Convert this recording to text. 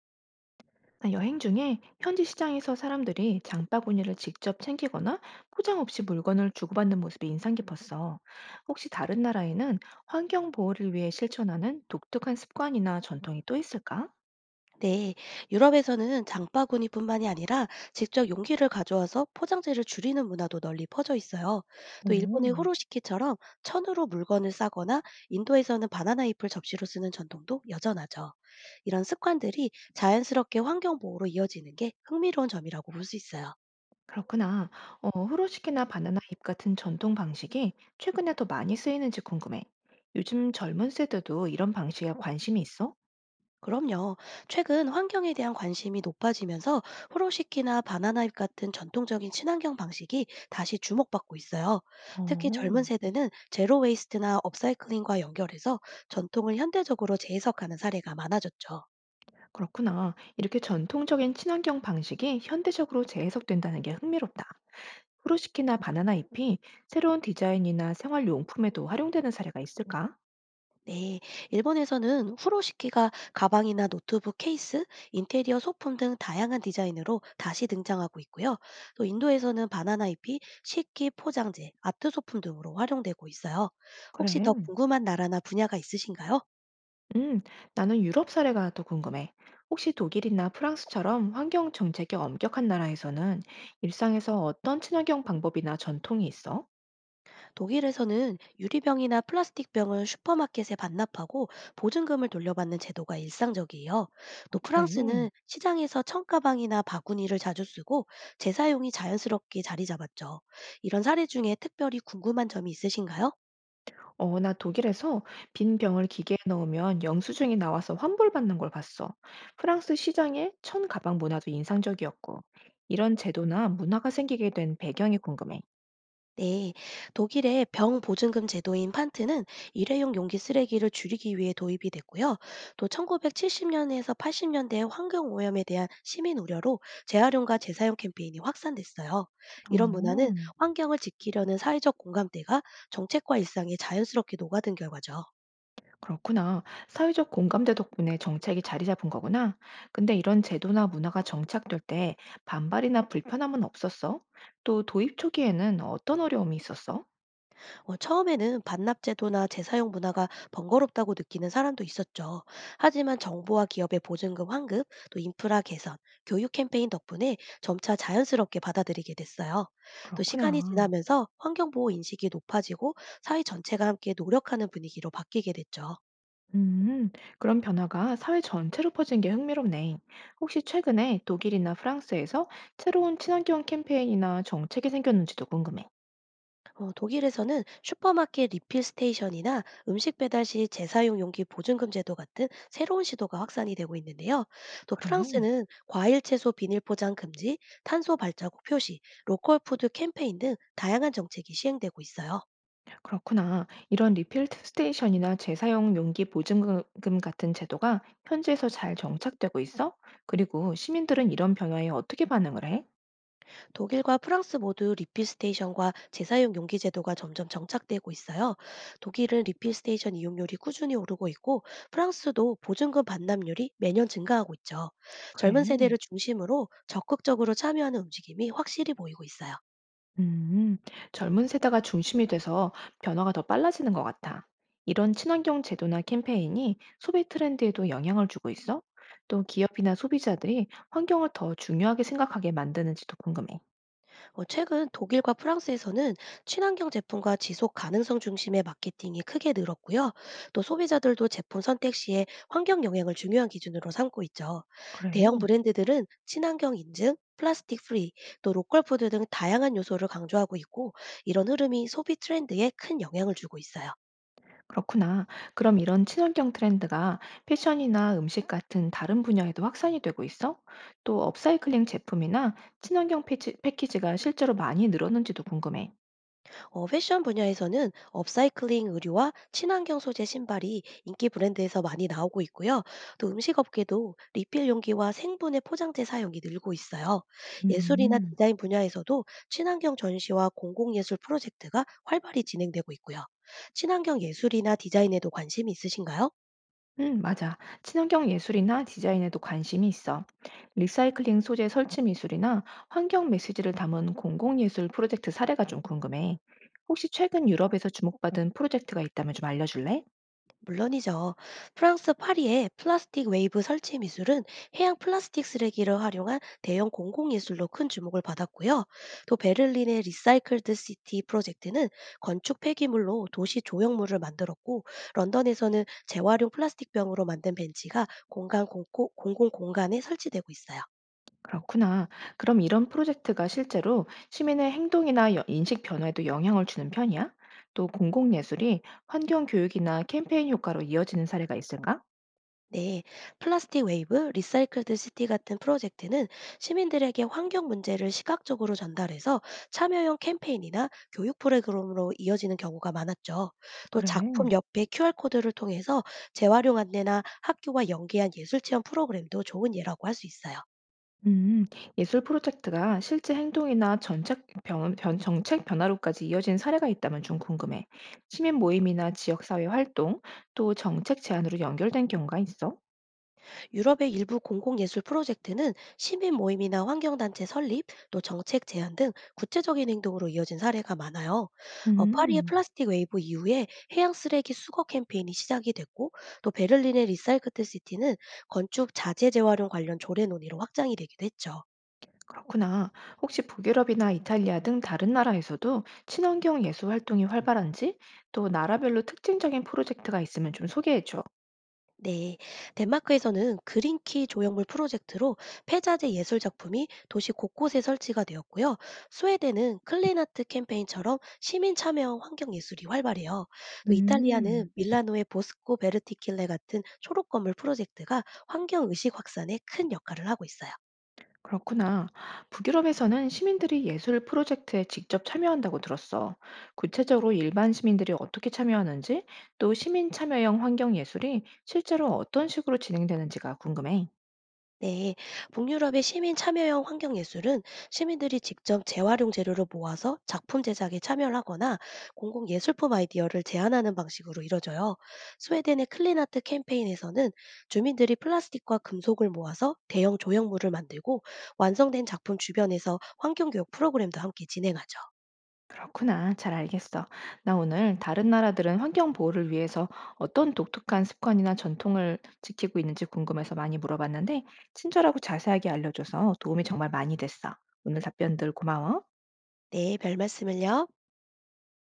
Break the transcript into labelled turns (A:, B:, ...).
A: 아, 여행 중에 현지 시장에서 사람들이 장바구니를 직접 챙기거나 포장 없이 물건을 주고받는 모습이 인상 깊었어. 혹시 다른 나라에는 환경 보호를 위해 실천하는 독특한 습관이나 전통이 또 있을까?
B: 네, 유럽에서는 장바구니뿐만이 아니라 직접 용기를 가져와서 포장재를 줄이는 문화도 널리 퍼져 있어요.
A: 오,
B: 또 일본의 후로시키처럼 천으로 물건을 싸거나 인도에서는 바나나 잎을 접시로 쓰는 전통도 여전하죠. 이런 습관들이 자연스럽게 환경 보호로 이어지는 게 흥미로운 점이라고 볼 수 있어요.
A: 그렇구나. 후로시키나 바나나 잎 같은 전통 방식이 최근에 더 많이 쓰이는지 궁금해. 요즘 젊은 세대도 이런 방식에 관심이 있어?
B: 그럼요. 최근 환경에 대한 관심이 높아지면서 프로시키나 바나나잎 같은 전통적인 친환경 방식이 다시 주목받고 있어요. 특히
A: 어,
B: 젊은 세대는 제로 웨이스트나 업사이클링과 연결해서 전통을 현대적으로 재해석하는 사례가 많아졌죠.
A: 그렇구나. 이렇게 전통적인 친환경 방식이 현대적으로 재해석된다는 게 흥미롭다. 후르시키나 바나나 잎이 새로운 디자인이나 생활용품에도 활용되는 사례가 있을까?
B: 네, 일본에서는 후로시키가 가방이나 노트북 케이스, 인테리어 소품 등 다양한 디자인으로 다시 등장하고 있고요. 또 인도에서는 바나나 잎이 식기, 포장재, 아트 소품 등으로 활용되고 있어요. 혹시 더
A: 그래.
B: 궁금한 나라나 분야가 있으신가요?
A: 음, 나는 유럽 사례가 더 궁금해. 혹시 독일이나 프랑스처럼 환경 정책이 엄격한 나라에서는 일상에서 어떤 친환경 방법이나 전통이 있어?
B: 독일에서는 유리병이나 플라스틱병을 슈퍼마켓에 반납하고 보증금을 돌려받는 제도가 일상적이에요.
A: 어,
B: 또
A: 그래.
B: 프랑스는 시장에서 청가방이나 바구니를 자주 쓰고 재사용이 자연스럽게 자리 잡았죠. 이런 사례 중에 특별히 궁금한 점이 있으신가요?
A: 나 독일에서 빈 병을 기계에 넣으면 영수증이 나와서 환불받는 걸 봤어. 프랑스 시장의 천 가방 문화도 인상적이었고, 이런 제도나 문화가 생기게 된 배경이 궁금해.
B: 네, 독일의 병 보증금 제도인 판트는 일회용 용기 쓰레기를 줄이기 위해 도입이 됐고요. 또 1970년에서 80년대의 환경 오염에 대한 시민 우려로 재활용과 재사용 캠페인이 확산됐어요. 이런 문화는
A: 어.
B: 환경을 지키려는 사회적 공감대가 정책과 일상에 자연스럽게 녹아든 결과죠.
A: 그렇구나. 사회적 공감대 덕분에 정책이 자리 잡은 거구나. 근데 이런 제도나 문화가 정착될 때 반발이나 불편함은 없었어? 또 도입 초기에는 어떤 어려움이 있었어?
B: 처음에는 반납 제도나 재사용 문화가 번거롭다고 느끼는 사람도 있었죠. 하지만 정부와 기업의 보증금 환급, 또 인프라 개선, 교육 캠페인 덕분에 점차 자연스럽게 받아들이게 됐어요. 또 시간이
A: 그렇구나.
B: 지나면서 환경보호 인식이 높아지고 사회 전체가 함께 노력하는 분위기로 바뀌게 됐죠.
A: 음, 그런 변화가 사회 전체로 퍼진 게 흥미롭네. 혹시 최근에 독일이나 프랑스에서 새로운 친환경 캠페인이나 정책이 생겼는지도 궁금해.
B: 독일에서는 슈퍼마켓 리필 스테이션이나 음식 배달 시 재사용 용기 보증금 제도 같은 새로운 시도가 확산이 되고 있는데요. 또
A: 그래.
B: 프랑스는 과일 채소 비닐 포장 금지, 탄소 발자국 표시, 로컬 푸드 캠페인 등 다양한 정책이 시행되고 있어요.
A: 그렇구나. 이런 리필 스테이션이나 재사용 용기 보증금 같은 제도가 현지에서 잘 정착되고 있어? 그리고 시민들은 이런 변화에 어떻게 반응을 해?
B: 독일과 프랑스 모두 리필 스테이션과 재사용 용기 제도가 점점 정착되고 있어요. 독일은 리필 스테이션 이용률이 꾸준히 오르고 있고 프랑스도 보증금 반납률이 매년 증가하고 있죠.
A: 그래.
B: 젊은 세대를 중심으로 적극적으로 참여하는 움직임이 확실히 보이고 있어요.
A: 음, 젊은 세대가 중심이 돼서 변화가 더 빨라지는 것 같아. 이런 친환경 제도나 캠페인이 소비 트렌드에도 영향을 주고 있어? 또 기업이나 소비자들이 환경을 더 중요하게 생각하게 만드는지도 궁금해.
B: 최근 독일과 프랑스에서는 친환경 제품과 지속 가능성 중심의 마케팅이 크게 늘었고요. 또 소비자들도 제품 선택 시에 환경 영향을 중요한 기준으로 삼고 있죠. 대형
A: 그래.
B: 브랜드들은 친환경 인증, 플라스틱 프리, 또 로컬 푸드 등 다양한 요소를 강조하고 있고 이런 흐름이 소비 트렌드에 큰 영향을 주고 있어요.
A: 그렇구나. 그럼 이런 친환경 트렌드가 패션이나 음식 같은 다른 분야에도 확산이 되고 있어? 또 업사이클링 제품이나 패키지가 실제로 많이 늘었는지도 궁금해.
B: 패션 분야에서는 업사이클링 의류와 친환경 소재 신발이 인기 브랜드에서 많이 나오고 있고요. 또 음식 업계도 리필 용기와 생분해 포장재 사용이 늘고 있어요. 예술이나
A: 음,
B: 디자인 분야에서도 친환경 전시와 공공예술 프로젝트가 활발히 진행되고 있고요. 친환경 예술이나 디자인에도 관심이 있으신가요?
A: 응, 맞아. 친환경 예술이나 디자인에도 관심이 있어. 리사이클링 소재 설치 미술이나 환경 메시지를 담은 공공예술 프로젝트 사례가 좀 궁금해. 혹시 최근 유럽에서 주목받은 프로젝트가 있다면 좀 알려줄래?
B: 물론이죠. 프랑스 파리의 플라스틱 웨이브 설치 미술은 해양 플라스틱 쓰레기를 활용한 대형 공공예술로 큰 주목을 받았고요. 또 베를린의 리사이클드 시티 프로젝트는 건축 폐기물로 도시 조형물을 만들었고, 런던에서는 재활용 플라스틱 병으로 만든 벤치가 공공 공간에 설치되고 있어요.
A: 그렇구나. 그럼 이런 프로젝트가 실제로 시민의 행동이나 인식 변화에도 영향을 주는 편이야? 또 공공예술이 환경 교육이나 캠페인 효과로 이어지는 사례가 있을까?
B: 네, 플라스틱 웨이브, 리사이클드 시티 같은 프로젝트는 시민들에게 환경 문제를 시각적으로 전달해서 참여형 캠페인이나 교육 프로그램으로 이어지는 경우가 많았죠. 또
A: 그래.
B: 작품 옆에 QR코드를 통해서 재활용 안내나 학교와 연계한 예술 체험 프로그램도 좋은 예라고 할 수 있어요.
A: 음, 예술 프로젝트가 실제 행동이나 정책 변화로까지 이어진 사례가 있다면 좀 궁금해. 시민 모임이나 지역사회 활동, 또 정책 제안으로 연결된 경우가 있어?
B: 유럽의 일부 공공예술 프로젝트는 시민 모임이나 환경단체 설립, 또 정책 제안 등 구체적인 행동으로 이어진 사례가 많아요. 파리의
A: 음.
B: 플라스틱 웨이브 이후에 해양 쓰레기 수거 캠페인이 시작이 됐고, 또 베를린의 리사이클트 시티는 건축 자재 재활용 관련 조례 논의로 확장이 되기도 했죠.
A: 그렇구나. 혹시 북유럽이나 이탈리아 등 다른 나라에서도 친환경 예술 활동이 활발한지, 또 나라별로 특징적인 프로젝트가 있으면 좀 소개해줘.
B: 네, 덴마크에서는 그린키 조형물 프로젝트로 폐자재 예술 작품이 도시 곳곳에 설치가 되었고요. 스웨덴은 클린아트 캠페인처럼 시민 참여형 환경 예술이 활발해요. 또
A: 음,
B: 이탈리아는 밀라노의 보스코 베르티킬레 같은 초록 건물 프로젝트가 환경 의식 확산에 큰 역할을 하고 있어요.
A: 그렇구나. 북유럽에서는 시민들이 예술 프로젝트에 직접 참여한다고 들었어. 구체적으로 일반 시민들이 어떻게 참여하는지, 또 시민 참여형 환경 예술이 실제로 어떤 식으로 진행되는지가 궁금해.
B: 네, 북유럽의 시민 참여형 환경예술은 시민들이 직접 재활용 재료를 모아서 작품 제작에 참여를 하거나 공공 예술품 아이디어를 제안하는 방식으로 이뤄져요. 스웨덴의 클린아트 캠페인에서는 주민들이 플라스틱과 금속을 모아서 대형 조형물을 만들고 완성된 작품 주변에서 환경교육 프로그램도 함께 진행하죠.
A: 그렇구나. 잘 알겠어. 나 오늘 다른 나라들은 환경 보호를 위해서 어떤 독특한 습관이나 전통을 지키고 있는지 궁금해서 많이 물어봤는데, 친절하고 자세하게 알려줘서 도움이 정말 많이 됐어. 오늘 답변들 고마워.
B: 네, 별 말씀을요.